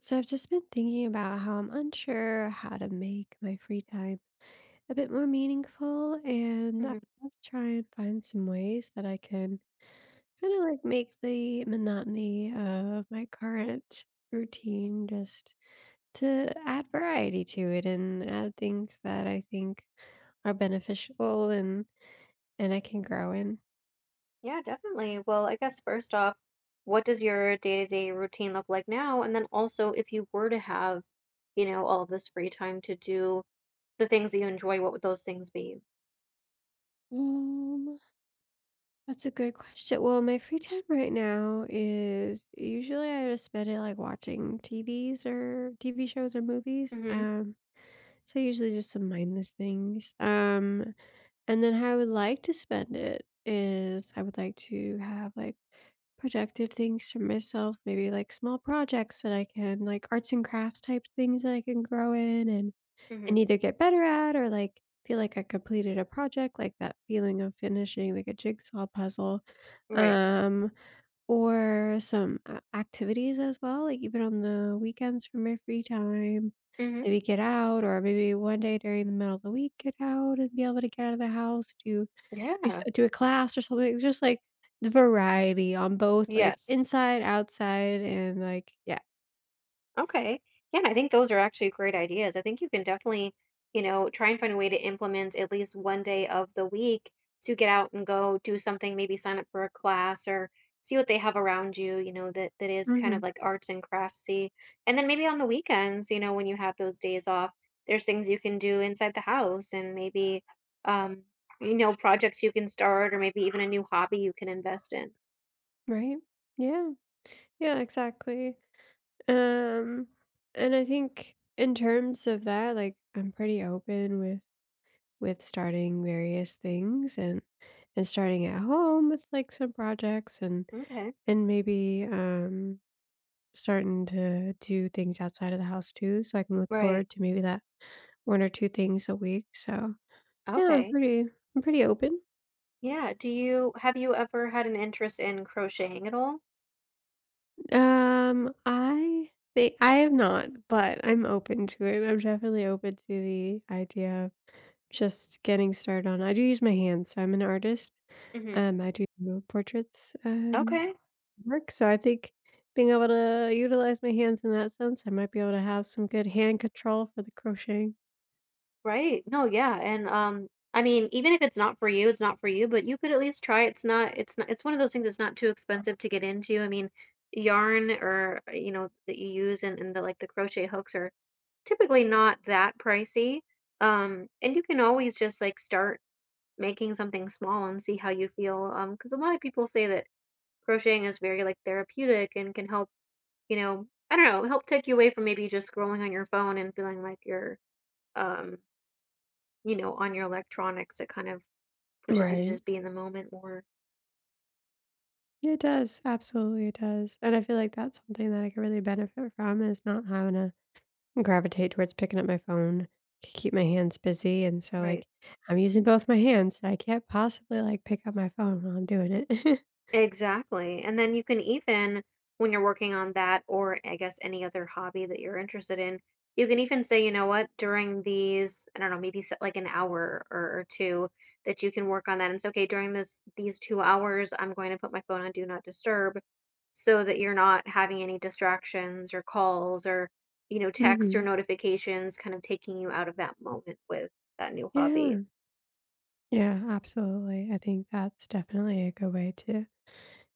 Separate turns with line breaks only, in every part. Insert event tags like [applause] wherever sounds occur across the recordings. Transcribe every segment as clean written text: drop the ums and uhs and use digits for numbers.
So I've just been thinking about how I'm unsure how to make my free time a bit more meaningful, and I
Mhm.
want to try and find some ways that I can kind of like make the monotony of my current routine just to add variety to it and add things that I think are beneficial and I can grow in.
Yeah, definitely. Well, I guess first off, what does your day-to-day routine look like now? And then also, if you were to have, you know, all of this free time to do the things that you enjoy, what would those things be?
That's a good question. Well, my free time right now is usually I just spend it like watching TVs or TV shows or movies.
Mm-hmm.
So usually just some mindless things. And then how I would like to spend it is I would like to have like productive things for myself, maybe like small projects that I can like arts and crafts type things that I can grow in and
Mm-hmm.
either get better at or like feel like I completed a project, like that feeling of finishing like a jigsaw puzzle,
Right.
um, or some activities as well, like even on the weekends for my free time.
Mm-hmm.
Maybe get out, or maybe one day during the middle of the week, get out and be able to get out of the house,
Yeah.
do a class or something. It's just like the variety on both, like
Yes.
inside, outside, and like yeah,
Okay. Yeah, and I think those are actually great ideas. I think you can definitely, you know, try and find a way to implement at least one day of the week to get out and go do something, maybe sign up for a class or see what they have around you, you know, that is kind of
hmm,
like arts and craftsy. And then maybe on the weekends, you know, when you have those days off, there's things you can do inside the house and maybe um, you know, projects you can start or maybe even a new hobby you can invest in.
right, yeah, yeah, exactly. Um, and I think in terms of that, like I'm pretty open with starting various things and starting at home with like some projects and
Okay.
and maybe starting to do things outside of the house too, so I can look
Right.
forward to maybe that one or two things a week. So yeah,
Okay.
I'm pretty open.
Yeah. Do you Have you ever had an interest in crocheting at all?
I think I have not, but I'm open to it. I'm definitely open to the idea. Just getting started on, I do use my hands, so I'm an artist,
Hmm.
I do portraits,
Okay.
work, so I think being able to utilize my hands in that sense, I might be able to have some good hand control for the crocheting.
Right. No, yeah. And I mean, even if it's not for you, it's not for you, but you could at least try. It's not it's not it's one of those things that's not too expensive to get into. I mean, yarn or you know that you use and, the like the crochet hooks are typically not that pricey. And you can always just like start making something small and see how you feel. Because a lot of people say that crocheting is very like therapeutic and can help, you know, I don't know, help take you away from maybe just scrolling on your phone and feeling like you're, um, you know, on your electronics. It kind of pushes you to
Right.
just be in the moment more.
It does, absolutely it does, and I feel like that's something that I could really benefit from is not having to gravitate towards picking up my phone, c keep my hands busy, and so, like,
Right.
I'm using both my hands, so I can't possibly, like, pick up my phone while I'm doing it. [laughs]
Exactly. And then you can even, when you're working on that, or I guess any other hobby that you're interested in, you can even say, you know what, during these, I don't know, maybe set like an hour or two that you can work on that. And say, okay, during this these 2 hours, I'm going to put my phone on do not disturb so that you're not having any distractions or calls or, you know, texts or
Mhm.
notifications kind of taking you out of that moment with that new hobby.
Yeah. Yeah, absolutely. I think that's definitely a good way to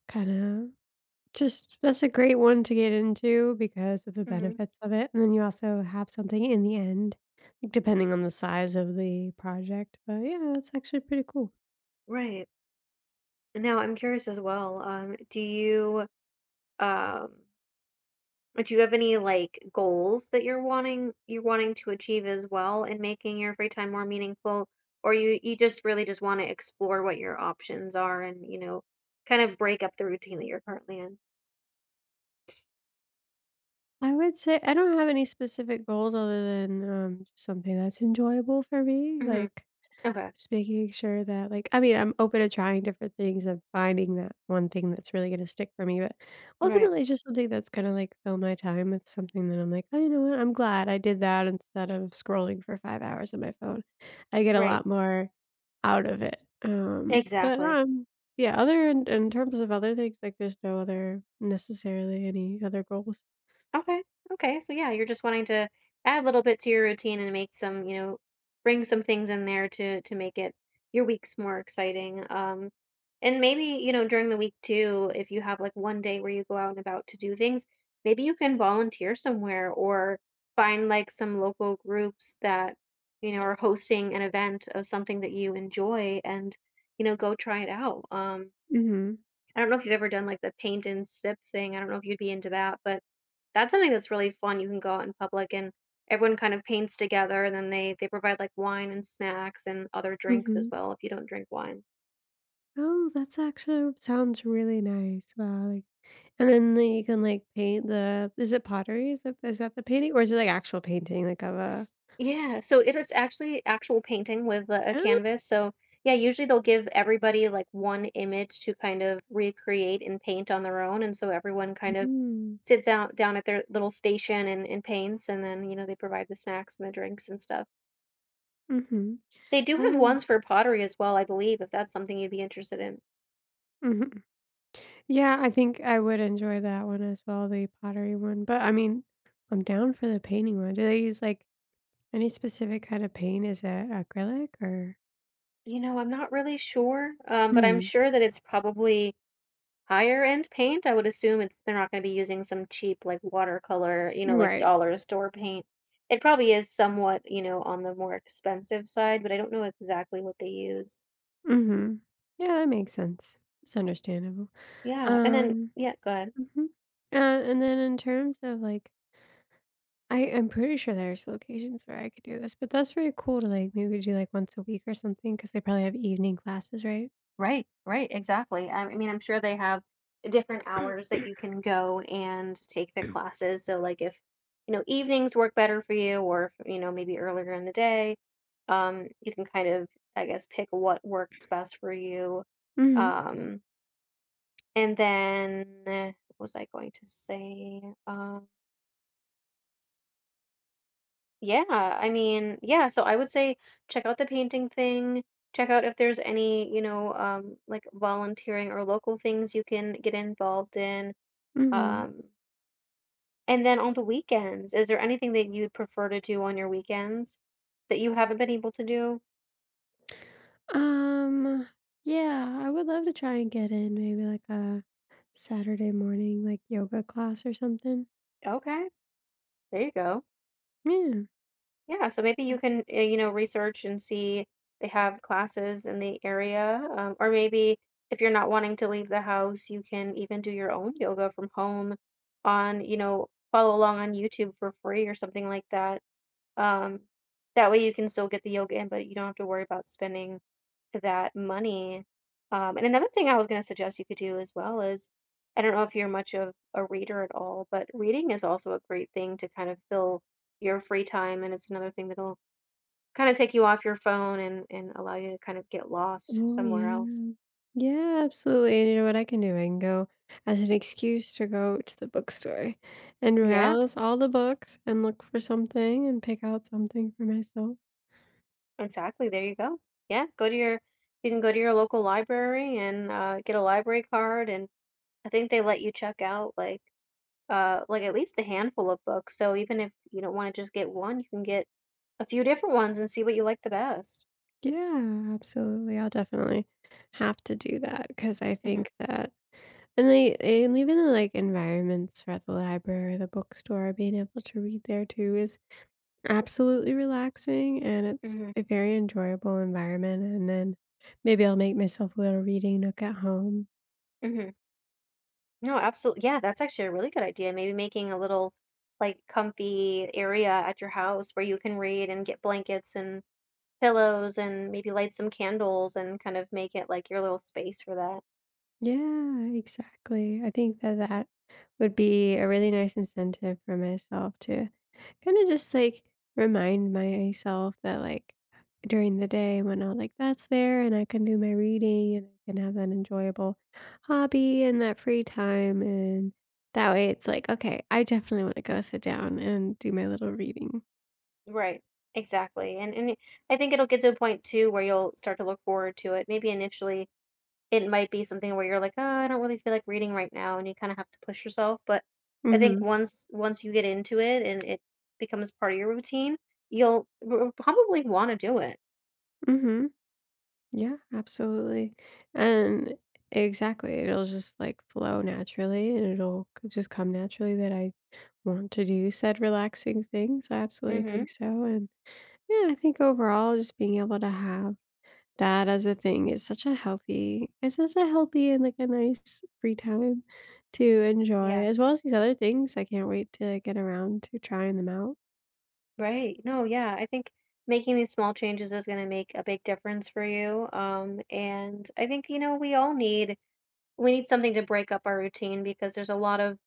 kind of just that's a great one to get into because of the
Hmm.
benefits of it. And then you also have something in the end, depending on the size of the project. But yeah, that's actually pretty cool.
Right. Now, I'm curious as well. Um, do you have any like goals that you're wanting to achieve as well in making your free time more meaningful? Or you just really just want to explore what your options are and, you know, kind of break up the routine that you're currently in?
I would say I don't have any specific goals other than just something that's enjoyable for me.
Hmm.
Like,
Okay.
just making sure that, like I mean, I'm open to trying different things and finding that one thing that's really gonna stick for me, but
Right.
ultimately, it's just something that's gonna, like, fill my time with something that I'm like, "Oh, you know what? I'm glad I did that instead of scrolling for 5 hours on my phone." I get a
Right.
lot more out of it, um, but,
Exactly.
um, yeah, other in terms of other things, like, there's no other necessarily any other goals.
Okay. Okay. So yeah, you're just wanting to add a little bit to your routine and make some, you know, bring some things in there to make it your weeks more exciting. And maybe, you know, during the week too, if you have like one day where you go out and about to do things, maybe you can volunteer somewhere or find like some local groups that, you know, are hosting an event of something that you enjoy and, you know, go try it out.
Mhm,
I don't know if you've ever done like the paint and sip thing. I don't know if you'd be into that, but that's something that's really fun. You can go out in public and everyone kind of paints together and then they provide like wine and snacks and other drinks as
mhm.
well if you don't drink wine.
Oh, that's actually sounds really nice. Wow, like, and then like, you can, like, paint the is it pottery? Is that the painting, or is it, like, actual painting, like, of a
S- Yeah, so it is actually actual painting with a
Oh,
canvas. So yeah, usually they'll give everybody like one image to kind of recreate and paint on their own and so everyone kind of
mm.
sits out down at their little station and paints and then you know they provide the snacks and the drinks and stuff.
Mhm.
They do have
Oh.
ones for pottery as well, I believe, if that's something you'd be interested in.
Mhm. Yeah, I think I would enjoy that one as well, the pottery one, but, I mean, I'm down for the painting one. Do they use, like, any specific kind of paint? Is it acrylic or
You know, I'm not really sure, but I'm
mhm.
sure that it's probably higher end paint. I would assume it's they're not gonna be using some cheap, like, watercolor, you know, like
Right.
dollar store paint. It probably is somewhat, you know, on the more expensive side, but I don't know exactly what they use.
Mhm. Yeah, that makes sense. It's understandable.
Yeah, and then
Um,
yeah, go ahead.
mhm. And then in terms of, like, I am pretty sure there's locations where I could do this, but that's really cool to like maybe do like once a week or something because they probably have evening classes, right?
Right, right, exactly. I mean, I'm sure they have different hours
[coughs]
that you can go and take the
[clears throat]
classes. So, like, if you know evenings work better for you, or if, you know maybe earlier in the day, you can kind of, I guess, pick what works best for you.
Mhm.
Um, and then, eh, what was I going to say? um, Yeah, I mean, yeah, so I would say check out the painting thing, check out if there's any, you know, like volunteering or local things you can get involved in.
Mhm.
Um, and then on the weekends, is there anything that you'd prefer to do on your weekends that you haven't been able to do?
Um. Yeah, I would love to try and get in maybe like a Saturday morning like yoga class or something.
Okay, there you go.
Yeah.
Yeah, so maybe you can, you know, research and see they have classes in the area. Or maybe if you're not wanting to leave the house, you can even do your own yoga from home on, you know, follow along on YouTube for free or something like that. Um, that way you can still get the yoga in, but you don't have to worry about spending that money. And another thing I was going to suggest you could do as well is I don't know if you're much of a reader at all, but reading is also a great thing to kind of fill your free time. And it's another thing that'll kind of take you off your phone and, allow you to kind of get lost
Oh
somewhere else.
yeah. Yeah, absolutely. And you know what I can do? I can go as an excuse to go to the bookstore and
Yeah,
rouse all the books and look for something and pick out something for myself.
exactly. There you go. Yeah, you can go to your local library and get a library card. And I think they let you check out like at least a handful of books. So even if you don't want to just get one, you can get a few different ones and see what you like the best.
Yeah, absolutely. I'll definitely have to do that because I
Hmm.
think that and they eh, and even the, like, environments at the library or the bookstore, being able to read there too is absolutely relaxing, and it's
Hmm.
a very enjoyable environment, and then maybe I'll make myself a little reading nook at home.
Hmm. No, absolutely. Yeah, that's actually a really good idea. Maybe making a little like comfy area at your house where you can read and get blankets and pillows and maybe light some candles and kind of make it like your little space for that.
Yeah, exactly. I think that would be a really nice incentive for myself to kind of just like remind myself that like during the day when I'll like that's there and I can do my reading and I can have that enjoyable hobby and that free time and that way it's like okay, I definitely want to go sit down and do my little reading.
Right. Exactly. And I think it'll get to a point too where you'll start to look forward to it. Maybe initially it might be something where you're like, "Oh, I don't really feel like reading right now," and you kinda have to push yourself, but I think
Mhm.
once you get into it and it becomes part of your routine, you'll r probably wanna do it.
Mhm. Yeah, absolutely. And exactly, it'll just like flow naturally and just come naturally that I want to do said relaxing things. I absolutely
Mhm.
think so. And yeah, I think overall just being able to have that as a thing is such a healthy, it's such a healthy and like a nice free time to enjoy,
Yeah.
as well as these other things. I can't wait to like, get around to trying them out.
Right. No, yeah, I think making these small changes is gonna make a big difference for you, and I think, you know, we need something to break up our routine because there's a lot of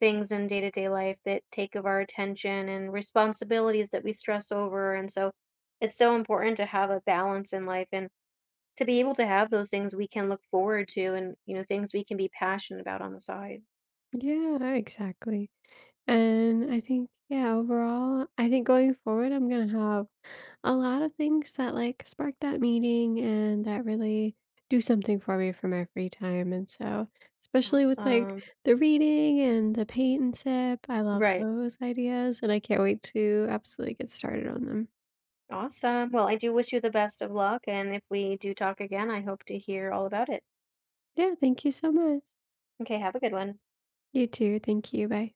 things in day-to-day life that take of our attention and responsibilities that we stress over, and so it's so important to have a balance in life and to be able to have those things we can look forward to and, you know, things we can be passionate about on the side.
Yeah, no, exactly. And I think, yeah, overall, I think going forward, I'm going to have a lot of things that, like, spark that meeting and that really do something for me for my free time, and so especially with, like,
Awesome.
the reading and the paint and sip, I love
Right.
those ideas, and I can't wait to absolutely get started on them.
Awesome. Well, I do wish you the best of luck, and if we do talk again, I hope to hear all about it.
Yeah, thank you so much.
Okay, have a good one.
You too, thank you, bye.